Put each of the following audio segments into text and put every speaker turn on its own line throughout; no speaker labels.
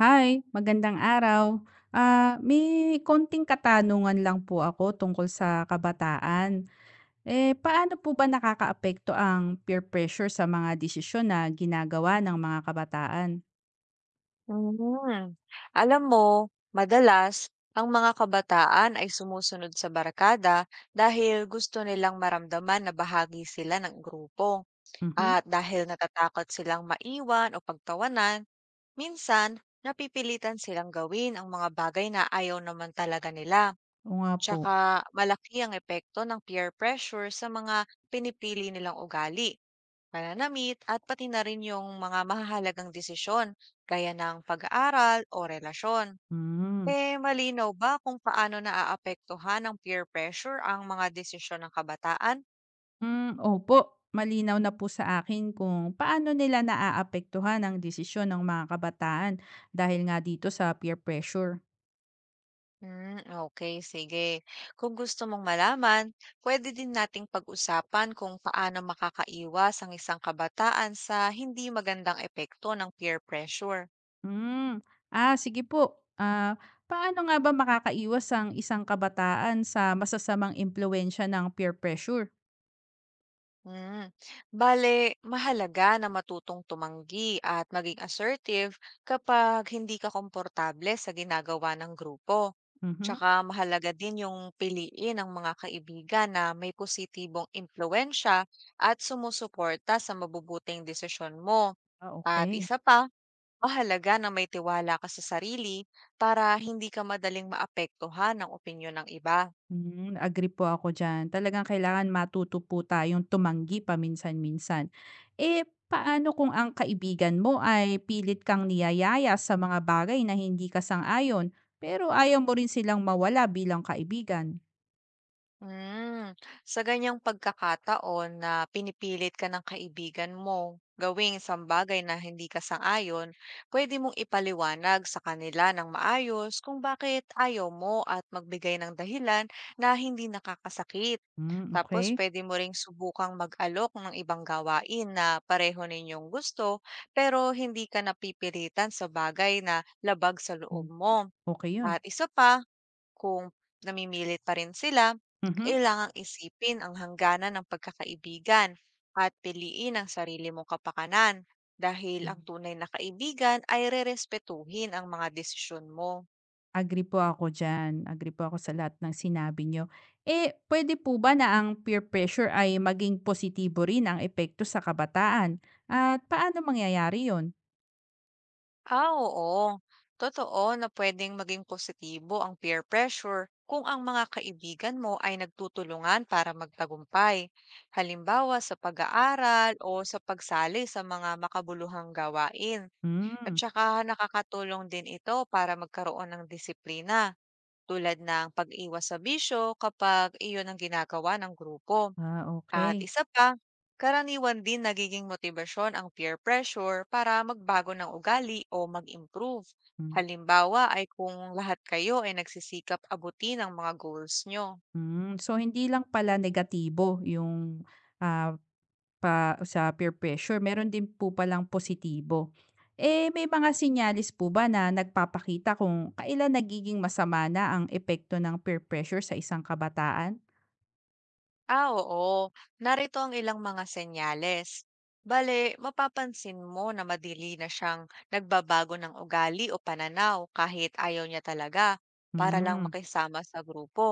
Hi, magandang araw. Ah, may konting katanungan lang po ako tungkol sa kabataan. Eh, paano po ba nakakaapekto ang peer pressure sa mga desisyon na ginagawa ng mga kabataan?
Hmm. Alam mo, madalas, ang mga kabataan ay sumusunod sa barkada dahil gusto nilang maramdaman na bahagi sila ng grupo.
Mhm.
At dahil natatakot silang maiwan o pagtawanan, minsan napipilitan silang gawin ang mga bagay na ayaw naman talaga nila.
Oo nga po.
Tsaka malaki ang epekto ng peer pressure sa mga pinipili nilang ugali, pananamit at pati na rin yung mga mahahalagang desisyon gaya ng pag-aaral o relasyon.
Mm.
Eh, malinaw ba kung paano naaapektuhan ng peer pressure ang mga desisyon ng kabataan?
Mm, opo, malinaw na po sa akin kung paano nila naaapektuhan ang desisyon ng mga kabataan dahil nga dito sa peer pressure.
Hmm, okay, sige. Kung gusto mong malaman, pwede din nating pag-usapan kung paano makakaiwas ang isang kabataan sa hindi magandang epekto ng peer pressure.
Hmm, ah, sige po. Ah, paano nga ba makakaiwas ang isang kabataan sa masasamang impluwensya ng peer pressure?
Hmm. Bale, mahalaga na matutong tumanggi at maging assertive kapag hindi ka komportable sa ginagawa ng grupo.
Mhm.
Tsaka mahalaga din yung piliin ang mga kaibigan na may positibong impluensya at sumusuporta sa mabubuting desisyon mo.
Ah,
At
okay.
isa pa, mahalaga na may tiwala ka sa sarili para hindi ka madaling maapektuhan ng opinyon ng iba.
Hmm, agree po ako diyan. Talagang kailangan matuto po tayong tumanggi paminsan-minsan. Eh, paano kung ang kaibigan mo ay pilit kang niyayaya sa mga bagay na hindi ka sang-ayon, pero ayaw mo rin silang mawala bilang kaibigan?
Hmm, sa ganyang pagkakataon na pinipilit ka ng kaibigan mo gawing isang bagay na hindi ka sang-ayon, pwede mong ipaliwanag sa kanila ng maayos kung bakit ayaw mo at magbigay ng dahilan na hindi nakakasakit.
Hmm,
Tapos
okay.
pwede mo ring subukang mag-alok ng ibang gawain na pareho ninyong gusto pero hindi ka napipilitan sa bagay na labag sa loob
Hmm,
mo.
okey 'yun.
At isa pa, kung namimilit pa rin sila,
Mhm.
kailangang isipin ang hangganan ng pagkakaibigan at piliin ang sarili mong kapakanan dahil ang tunay na kaibigan ay rerespetuhin ang mga desisyon mo.
Agree po ako diyan, agree po ako sa lahat ng sinabi niyo. Eh, pwede po ba na ang peer pressure ay maging positibo rin ang epekto sa kabataan at paano mangyayari yon?
Ah, oo. Totoo na pwedeng maging positibo ang peer pressure kung ang mga kaibigan mo ay nagtutulungan para magtagumpay. Halimbawa sa pag-aaral o sa pagsali sa mga makabuluhang gawain. At
Hmm,
saka nakakatulong din ito para magkaroon ng disiplina tulad ng pag-iwas sa bisyo kapag iyon ang ginagawa ng grupo.
ah,
At
okay.
isa pa, karaniwan din nagiging motibasyon ang peer pressure para magbago ng ugali o mag-improve.
Hmm,
Halimbawa ay kung lahat kayo ay nagsisikap abutin ang mga goals nyo.
hmm. So hindi lang pala negatibo yung, ah, pa sa peer pressure, meron din po palang positibo. Eh, may mga sinyalis po ba na nagpapakita kung kailan nagiging masama na ang epekto ng peer pressure sa isang kabataan?
Ah, oo. Narito ang ilang mga senyales. Bale, mapapansin mo na madili na siyang nagbabago ng ugali o pananaw kahit ayaw niya talaga para lang
Hmm.
makisama sa grupo.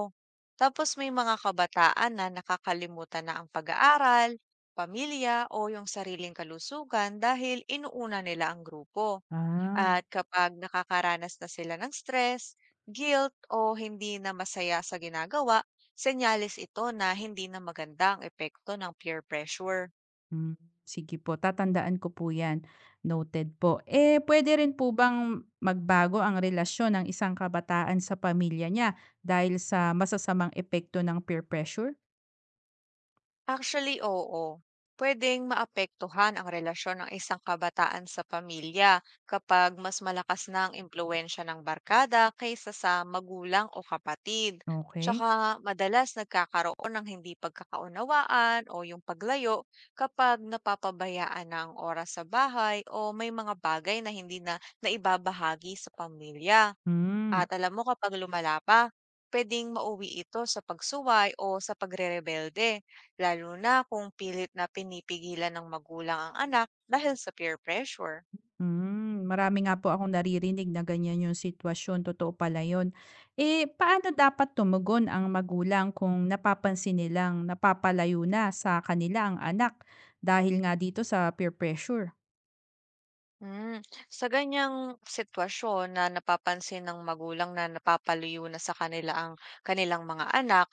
Tapos may mga kabataan na nakakalimutan na ang pag-aaral, pamilya o yung sariling kalusugan dahil inuuna nila ang grupo.
Ah,
At kapag nakakaranas na sila ng stress, guilt o hindi na masaya sa ginagawa, senyales ito na hindi na maganda ang epekto ng peer pressure.
hmm, sige po, tatandaan ko po 'yan, noted po. Eh, puwede rin po bang magbago ang relasyon ng isang kabataan sa pamilya niya dahil sa masasamang epekto ng peer pressure?
Actually, oo. Pwedeng maapektuhan ang relasyon ng isang kabataan sa pamilya kapag mas malakas na ang impluensya ng barkada kaysa sa magulang o kapatid.
Okay.
Tsaka madalas nagkakaroon ng hindi pagkakaunawaan o yung paglayo kapag napapabayaan na ang oras sa bahay o may mga bagay na hindi na naibabahagi sa pamilya.
Hmm.
At alam mo kapag lumala pa, pwedeng mauwi ito sa pagsuway o sa pagrerebelde, lalo na kung pilit na pinipigilan ng magulang ang anak dahil sa peer pressure.
Hmm, marami nga po akong naririnig na ganiyan yung sitwasyon, totoo pala yun. Eh, paano dapat tumugon ang magulang kung napapansin nilang napapalayo na sa kanila ang anak dahil nga dito sa peer pressure?
Hmm. Sa ganyang sitwasyon na napapansin ng magulang na napapalayo na sa kanila ang kanilang mga anak,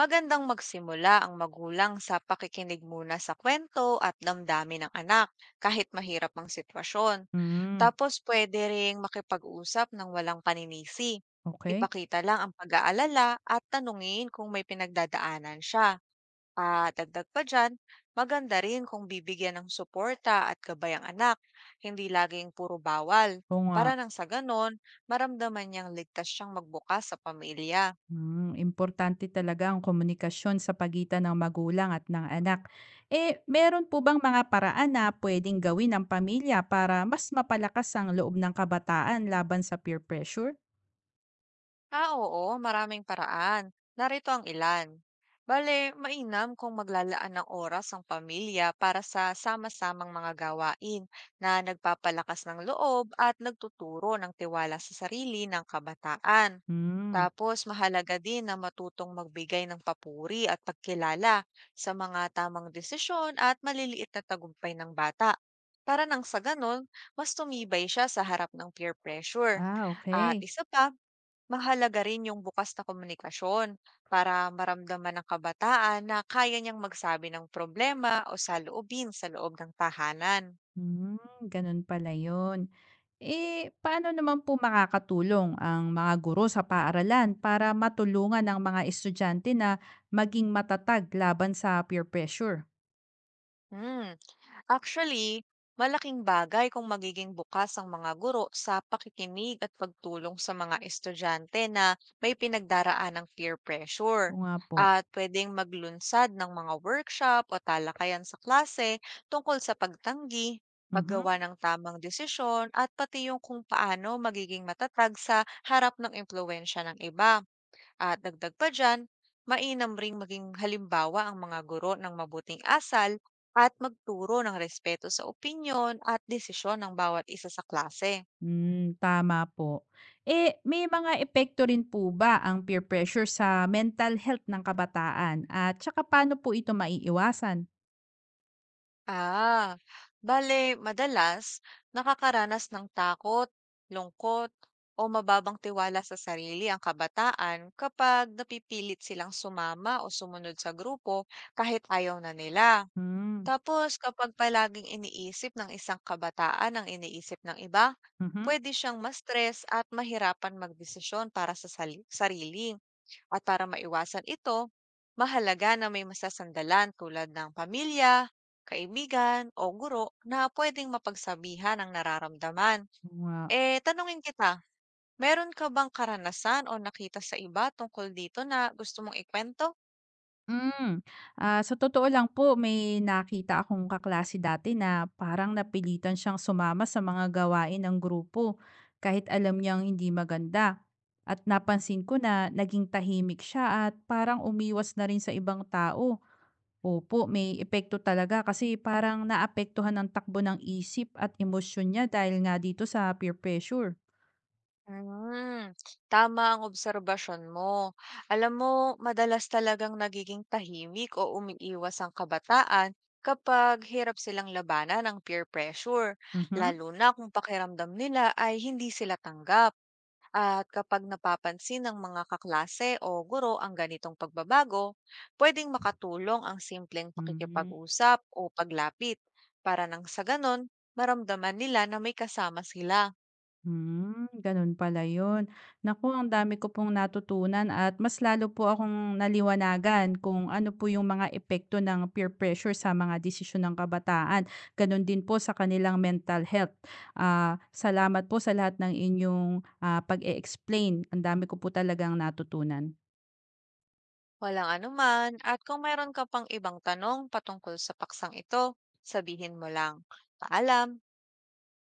magandang magsimula ang magulang sa pakikinig muna sa kwento at damdamin ng anak kahit mahirap ang sitwasyon.
Hmm,
Tapos pwede ring makipag-usap ng walang paninisi.
okey.
Ipakita lang ang pag-aalala at tanungin kung may pinagdadaanan siya. Ah, dagdag pa dyan, maganda rin kung bibigyan ng suporta at gabay ang anak, hindi laging puro bawal.
Oo nga.
Para nang sa ganon, maramdaman niyang ligtas siyang magbukas sa pamilya.
Hmm, importante talaga ang komunikasyon sa pagitan ng magulang at ng anak. Eh, meron po bang mga paraan na pwedeng gawin ng pamilya para mas mapalakas ang loob ng kabataan laban sa peer pressure?
Ah, oo, maraming paraan. Narito ang ilan. Bale, mainam kung maglalaan ng oras ang pamilya para sa sama-samang mga gawain na nagpapalakas ng loob at nagtuturo ng tiwala sa sarili ng kabataan.
Hmm.
Tapos mahalaga din na matutong magbigay ng papuri at pagkilala sa mga tamang desisyon at maliliit na tagumpay ng bata. Para nang sa ganon, mas tumibay siya sa harap ng peer pressure.
Ah,
At
okay.
isa pa, mahalaga rin yung bukas na komunikasyon para maramdaman ng kabataan na kaya niyang magsabi ng problema o saloobin sa loob ng tahanan.
Hmm, ganun pala yun. Eh, paano naman po makakatulong ang mga guro sa paaralan para matulungan ang mga estudyante na maging matatag laban sa peer pressure?
Hmm. Actually, malaking bagay kung magiging bukas ang mga guro sa pakikinig at pagtulong sa mga estudyante na may pinagdaraan ng peer pressure.
Oo nga po.
At pwedeng maglunsad ng mga workshop o talakayan sa klase tungkol sa pagtanggi,
Mhm.
paggawa ng tamang desisyon at pati yung kung paano magiging matatag sa harap ng impluensya ng iba. At dagdag pa dyan, mainam ring maging halimbawa ang mga guro ng mabuting asal at magturo ng respeto sa opinyon at desisyon ng bawat isa sa klase.
Hmm, tama po. Eh, may mga epekto rin po ba ang peer pressure sa mental health ng kabataan at tsaka paano po ito maiiwasan?
Ah, bale, madalas nakakaranas ng takot, lungkot, o mababang tiwala sa sarili ang kabataan kapag napipilit silang sumama o sumunod sa grupo kahit ayaw na nila.
Hmm.
Tapos kapag palaging iniisip ng isang kabataan ang iniisip ng iba,
Mhm.
pwede siyang ma-stress at mahirapan magdesisyon para sa sarili. At para maiwasan ito, mahalaga na may masasandalan tulad ng pamilya, kaibigan o guro na pwedeng mapagsabihan ang nararamdaman.
Oo nga.
Eh, tanungin kita, meron ka bang karanasan o nakita sa iba tungkol dito na gusto mong ikwento?
Hmm, ah, sa totoo lang po may nakita akong kaklase dati na parang napilitan siyang sumama sa mga gawain ng grupo kahit alam niyang hindi maganda. At napansin ko na naging tahimik siya at parang umiwas na rin sa ibang tao. Opo, may epekto talaga kasi parang naapektuhan ang takbo ng isip at emosyon niya dahil nga dito sa peer pressure.
Hmm, tama ang obserbasyon mo. Alam mo, madalas talagang nagiging tahimik o umiiwas ang kabataan kapag hirap silang labanan ng peer pressure,
Mhm.
lalo na kung pakiramdam nila ay hindi sila tanggap. At kapag napapansin ng mga kaklase o guro ang ganitong pagbabago, pwedeng makatulong ang simpleng
Hmm,
pakikipag-usap o paglapit para nang sa ganon, maramdaman nila na may kasama sila.
hmm, ganun pala yun. Naku, ang dami ko pong natutunan at mas lalo po akong naliwanagan kung ano po yung mga epekto ng peer pressure sa mga desisyon ng kabataan. Ganun din po sa kanilang mental health. Ah, salamat po sa lahat ng inyong pag-e-explain. Ang dami ko po talagang natutunan.
Walang anuman, at kung mayroon ka pang ibang tanong patungkol sa paksang ito, sabihin mo lang. Paalam!